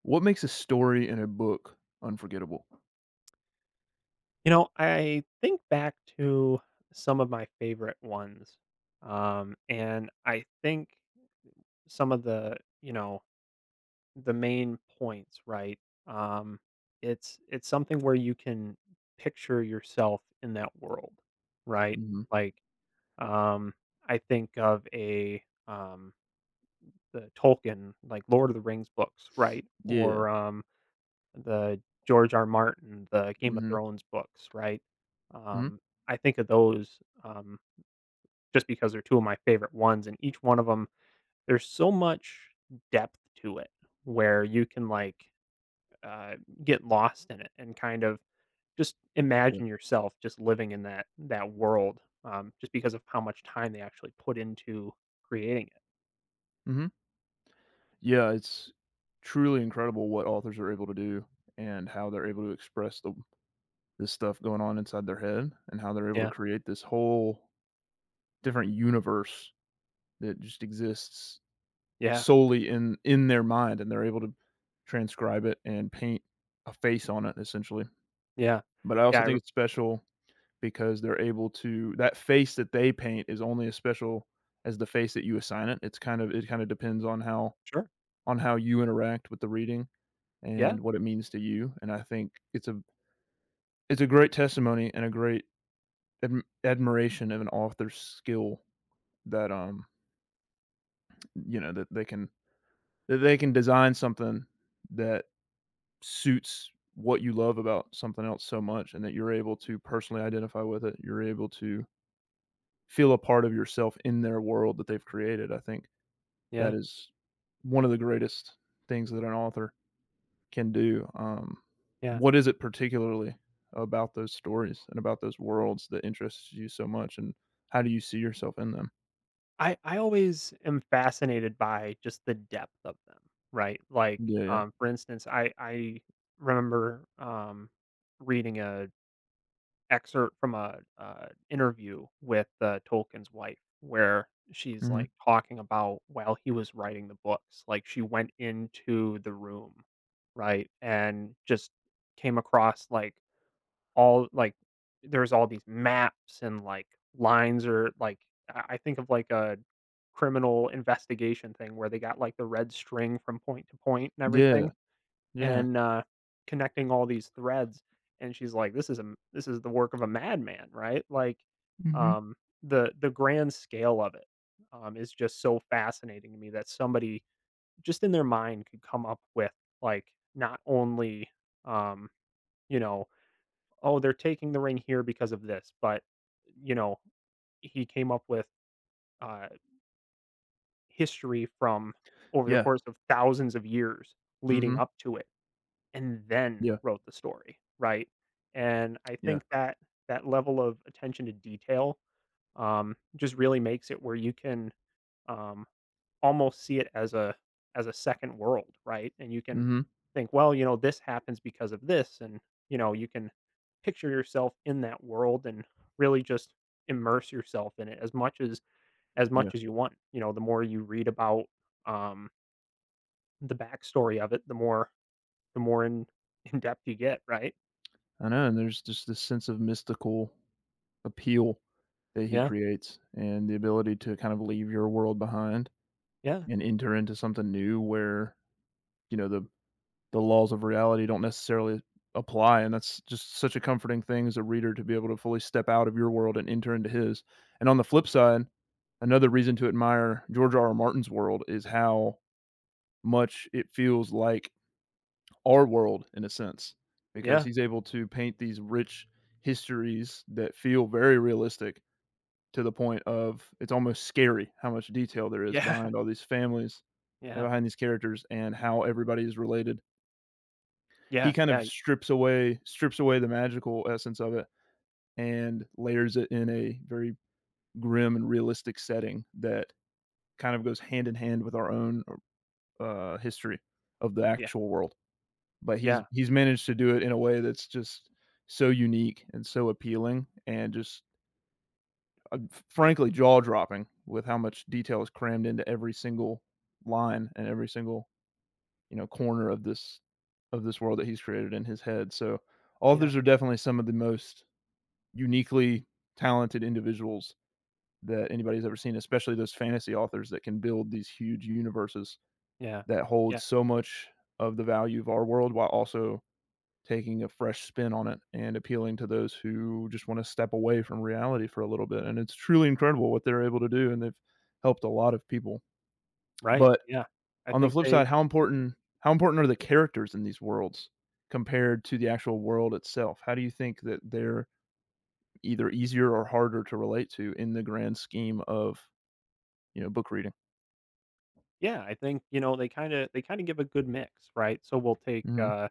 What makes a story in a book unforgettable? You know, I think back to some of my favorite ones. And I think some of the the main points, right? Um, it's something where you can picture yourself in that world, right? Mhm. Like, um, I think of a the Tolkien, like Lord of the Rings books, right? Yeah. Or the George R. Martin, the Game of Mhm. Thrones books, right? Mhm. Um, I think of those, um, just because they're 2 of my favorite ones, and each one of them, there's so much depth to it where you can, uh, get lost in it and kind of just Yeah. imagine yourself just living in that world, just because of how much time they actually put into creating it. Mhm. Yeah, it's truly incredible what authors are able to do and how they're able to express the this stuff going on inside their head and how they're able to Yeah. create this whole different universe that just exists Yeah. solely in their mind, and they're able to transcribe it and paint a face on it, essentially. Yeah. But I also Yeah, I think r it's special because they're able to that face that they paint is only as special as the face that you assign it. It kind of depends Sure. on how you interact with the reading Yeah. and what it means to you. And I think it's a great testimony and a great admiration of an author's skill that you know that they can design something that suits what you love about something else so much and that you're able to personally identify with it. You're able to feel a part of yourself in their world that they've created. I think that Yeah. is one of the greatest things that an author can do. Yeah. What is it particularly about those stories and about those worlds that interests you so much, and how do you see yourself in them? I always am fascinated by just the depth of them, right? Yeah, yeah. For instance, I remember, reading a excerpt from a interview with, Tolkien's wife where she's, Mhm. like, talking about while he was writing the books, like, she went into the room, right, and just came across, like there's all these maps and like lines, or like I think of like a criminal investigation thing where they got like the red string from point to point and Yeah, everything yeah. and connecting all these threads. And she's like, this is a this is the work of a madman, right, like Mhm. um the grand scale of it is just so fascinating to me that somebody just in their mind could come up with like not only um you know, oh, they're taking the ring here because of this, but you know, he came up with uh, history from over the Yeah. course of thousands of years leading Mhm. up to it, and then Yeah, wrote the story, right? And I yeah. think that that level of attention to detail just really makes it where you can um, almost see it as a second world, right? And you can Mhm. think, well, you know, this happens because of this, and you know, you can picture yourself in that world and really just immerse yourself in it as Yeah. much as you want. You know, the more you read about, um, the backstory of it, the more in in depth you get, right? I know, and there's just this sense of mystical appeal that he Yeah, creates and the ability to kind of leave your world behind yeah, and enter into something new where, you know, the laws of reality don't necessarily apply, and that's just such a comforting thing as a reader to be able to fully step out of your world and enter into his. And on the flip side, another reason to admire George R. R. Martin's world is how much it feels like our world in a sense, because yeah, he's able to paint these rich histories that feel very realistic to the point of it's almost scary how much detail there is yeah, behind all these families and yeah, behind these characters and how everybody is related. He yeah, kind of yeah, strips away the magical essence of it and layers it in a very grim and realistic setting that kind of goes hand in hand with our own history of the yeah, actual world. But yeah, he's managed to do it in a way that's just so unique and so appealing and just frankly jaw dropping with how much detail is crammed into every single line and every single you know corner of this world that he's created in his head. So yeah, authors are definitely some of the most uniquely talented individuals that anybody's ever seen, especially those fantasy authors that can build these huge universes yeah, that hold yeah. so much of the value of our world while also taking a fresh spin on it and appealing to those who just want to step away from reality for a little bit. And it's truly incredible what they're able to do, and they've helped a lot of people. Right. But Yeah. I on the think flip side, they how important are the characters in these worlds compared to the actual world itself? How do you think that they're either easier or harder to relate to in the grand scheme of you know book reading? Yeah, I think, you know, they kinda give a good mix, right? So we'll take, Hmm.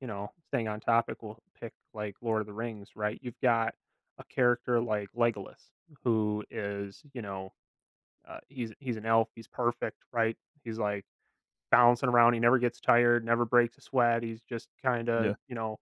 you know, staying on topic, we'll pick like Lord of the Rings, right? You've got a character like Legolas who is, you know, he's an elf, he's perfect, right? He's like bouncing around, he never gets tired, never breaks a sweat, he's just Yeah. kinda, you know,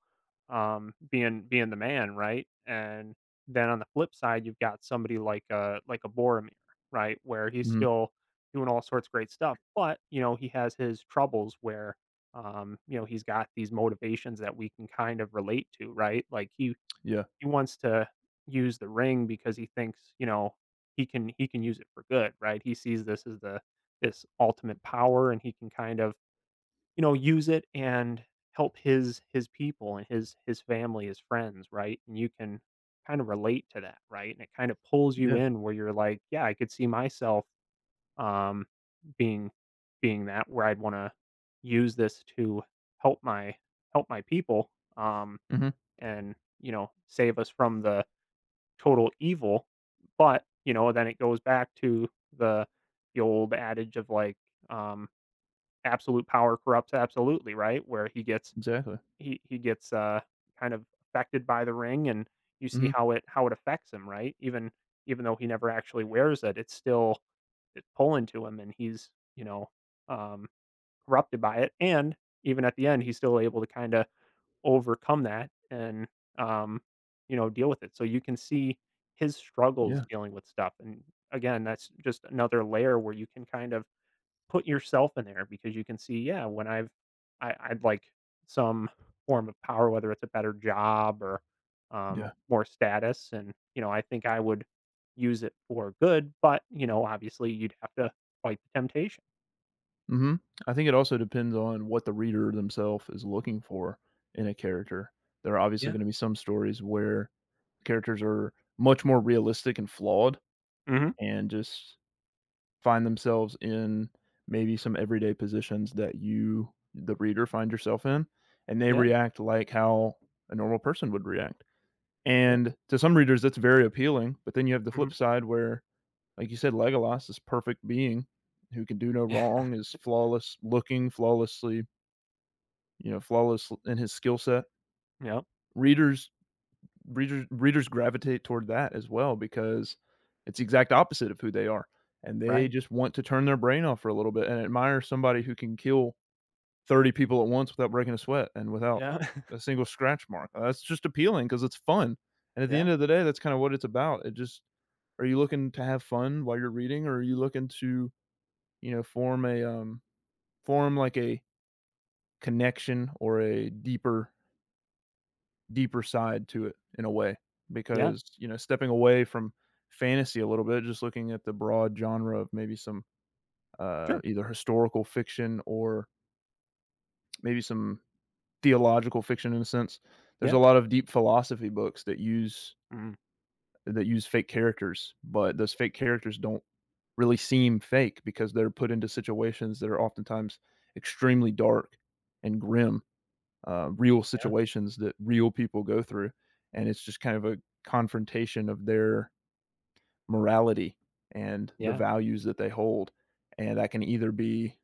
being the man, right? And then on the flip side, you've got somebody like a Boromir, right, where he's Hmm. still doing all sorts of great stuff, but, you know, he has his troubles where, you know, he's got these motivations that we can kind of relate to, right? Like, he Yeah. he wants to use the ring because he thinks, you know, he can use it for good, right? He sees this as the this ultimate power, and he can kind of you know, use it and help his people and his family, his friends, right? And you can kind of relate to that, right? And it kind of pulls you Yeah. in where you're like, yeah, I could see myself um being being that where I'd want to use this to help my help my people, um Hmm. and, you know, save us from the total evil. But, you know, then it goes back to the the old adage of like um absolute power corrupts absolutely, right? Where he gets Exactly. he he gets, kind of affected by the ring and you Hmm. see how it affects him, right? Even even though he never actually wears it, it's still it's pulling to him and he's, you know, um, corrupted by it, and even at the end, he's still able to kinda overcome that and, um, you know, deal with it. So you can see his struggles Yeah. dealing with stuff, and again, that's just another layer where you can kind of put yourself in there because you can see, yeah, when I've I'd like some form of power, whether it's a better job or, Yeah. more status, and you know, I think I would use it for good, but you know, obviously, you'd have to fight the temptation. Mhm. I think it also depends on what the reader themselves is looking for in a character. There are obviously Yeah. gonna be some stories where characters are much more realistic and flawed Hmm. and just find themselves in maybe some everyday positions that you, the reader, find yourself in, and they Yeah. react like how a normal person would react. Yeah. And to some readers, that's very appealing, but then you have the flip Hmm. side where, like you said, Legolas, this perfect being who can do no Yeah. wrong, is flawless looking, flawlessly you know, flawless in his skill set. Yeah. Readers Readers gravitate toward that as well because it's the exact opposite of who they are. And they Right. just want to turn their brain off for a little bit and admire somebody who can kill 30 people at once without breaking a sweat and without Yeah. a single scratch mark. That's just appealing because it's fun. And at the Yeah. end of the day, that's kind of what it's about. It just are you looking to have fun while you're reading or are you looking to, you know, form a form like a connection or a deeper side to it in a way Yeah. because you know stepping away from fantasy a little bit just looking at the broad genre of maybe some Sure. either historical fiction or maybe some theological fiction in a sense there's Yeah. a lot of deep philosophy books that Mm. Use fake characters but those fake characters don't really seem fake because they're put into situations that are oftentimes extremely dark and grim real Yeah. situations that real people go through. And it's just kind of a confrontation of their morality and the Yeah. values that they hold. And that can either be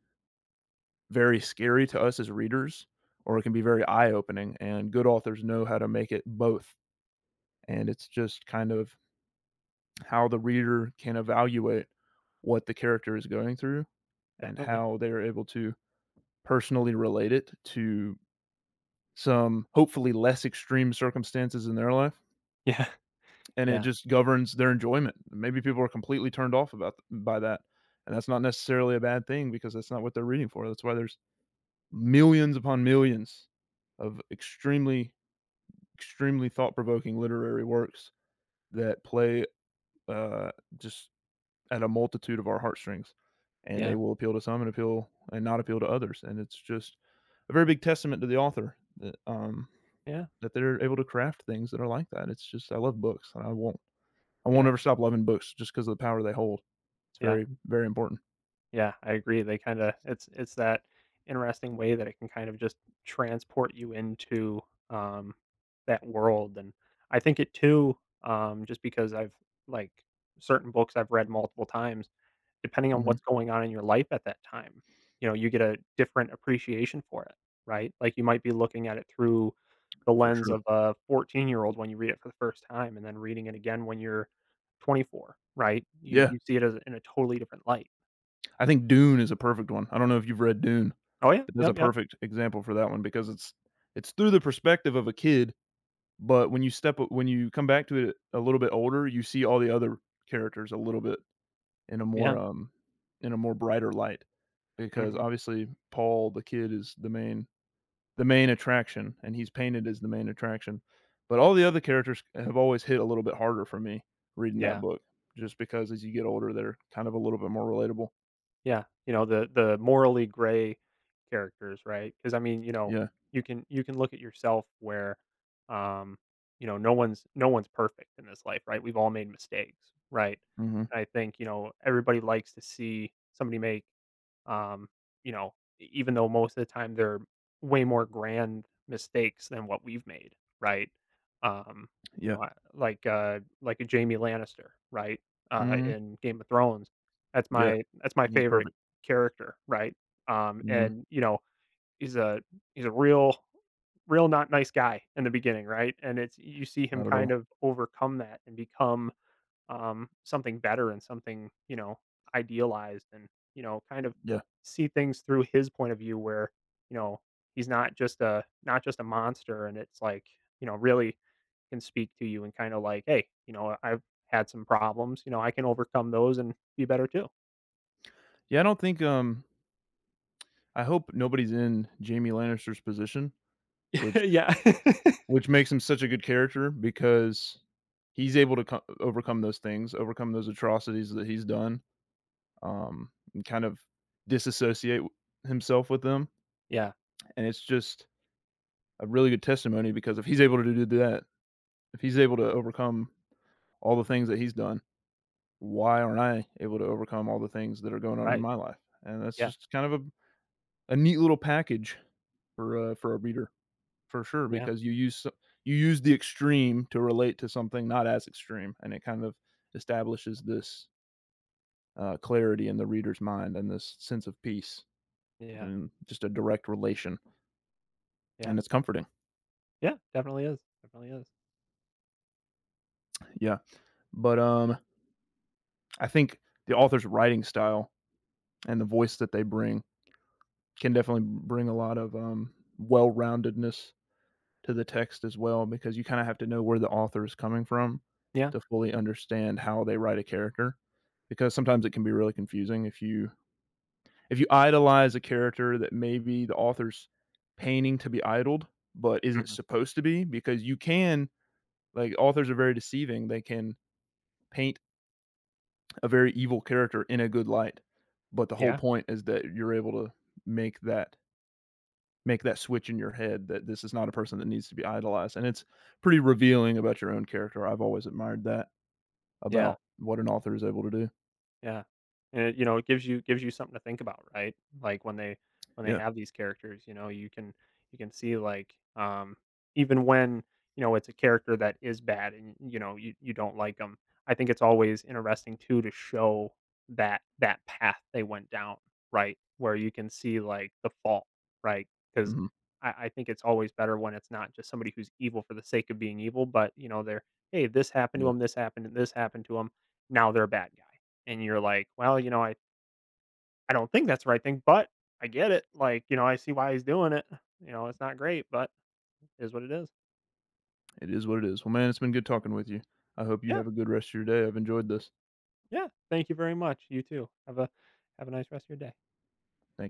very scary to us as readers or it can be very eye opening. And good authors know how to make it both. And it's just kind of how the reader can evaluate what the character is going through and Definitely. how they are able to personally relate it to some hopefully less extreme circumstances in their life Yeah. and it Yeah. just governs their enjoyment. Maybe people are completely turned off about by that, and that's not necessarily a bad thing because that's not what they're reading for. That's why there's millions upon millions of extremely, extremely thought-provoking literary works that play uh, just at a multitude of our heartstrings, and they Yeah. will appeal to some and appeal and not appeal to others. And it's just a very big testament to the author that Yeah. that they're able to craft things that are like that. It's just I love books, and I won't Yeah. ever stop loving books just because of the power they hold. It's Yeah. very, very important. Yeah, I agree. They kinda it's that interesting way that it can kind of just transport you into, um, that world, and I think it too, just because I've like, certain books I've read multiple times, depending on Mhm. what's going on in your life at that time, you know, you get a different appreciation for it, right? Like, you might be looking at it through the For lens sure. of a 14-year-old when you read it for the first time and then reading it again when you're 24, right? You Yeah. you see it as in a totally different light. I think Dune is a perfect one. I don't know if you've read Dune. Oh, yeah. It is a Yep, yep. perfect example for that one because it's through the perspective of a kid, but when you come back to it a little bit older, you see all the other characters a little bit in a more, Yeah, um in a more brighter light because mhm, obviously Paul, the kid, is the main attraction, and he's painted as the main attraction. But all the other characters have always hit a little bit harder for me reading that yeah, book, just because as you get older, they're kind of a little bit more relatable. yeah, you know, the morally gray characters, right? Because I mean, you know, Yeah. you can look at yourself where, um, you know, no one's perfect in this life, right? We've all made mistakes, right? Mhm. And I think, you know, everybody likes to see somebody make, um, you know, e even though most of the time they're way more grand mistakes than what we've made, right? Um, you Yeah. know, I like a Jamie Lannister, right? Mhm. In Game of Thrones. That's Yeah. my that's my He's favorite perfect. character, right? Mhm. And, you know, he's a he's a real not nice guy in the beginning, right? And it's you see him Not at kind all. of overcome that and become, something better and something, you know, idealized and, you know, kind of Yeah. see things through his point of view where, you know, he's not just a monster and it's like, you know, really can speak to you and kind of like, "Hey, you know, I've had some problems, you know, I can overcome those and be better too." Yeah, I don't think, I hope nobody's in Jaime Lannister's position, which Yeah. which makes him such a good character because he's able to co overcome those things, overcome those atrocities that he's done. And kind of disassociate himself with them. Yeah, And it's just a really good testimony because if he's able to do that, if he's able to overcome all the things that he's done, why aren't I able to overcome all the things that are going on in right. my life? And that's Yeah, just kind of a neat little package for a reader for sure yeah, because you use you use the extreme to relate to something not as extreme, and it kind of establishes this clarity in the reader's mind and this sense of peace yeah, and just a direct relation yeah, and it's comforting. yeah, definitely is, definitely is. Yeah. But I think the author's writing style and the voice that they bring can definitely bring a lot of well-roundedness to the text as well because you kind of have to know where the author is coming from Yeah, to fully understand how they write a character because sometimes it can be really confusing if you idolize a character that maybe the author's painting to be idled but isn't mhm, supposed to be because you can like authors are very deceiving they can paint a very evil character in a good light. But the whole yeah, point is that you're able to make that make that switch in your head that this is not a person that needs to be idolized. And it's pretty revealing about your own character. I've always admired that yeah. about what an author is able to do. Yeah. And it, you know, it gives you something to think about, right? Like when they Yeah. have these characters, you know, you can see like even when, you know, it's a character that is bad and you know, you don't like them. I think it's always interesting too to show that path they went down, right? Where you can see like the fault, right? Cuz Hmm. I think it's always better when it's not just somebody who's evil for the sake of being evil, but you know, they're hey, this happened to Yeah. him, this happened, and this happened to him. Now they're a bad guy and you're like, "Well, you know, I don't think that's the right thing, but I get it. Like, you know, I see why he's doing it. You know, it's not great, but it is what it is." It is what it is. Well, man, it's been good talking with you. I hope you Yeah. have a good rest of your day. I've enjoyed this. Yeah. Thank you very much. You too. Have a nice rest of your day. Thank you.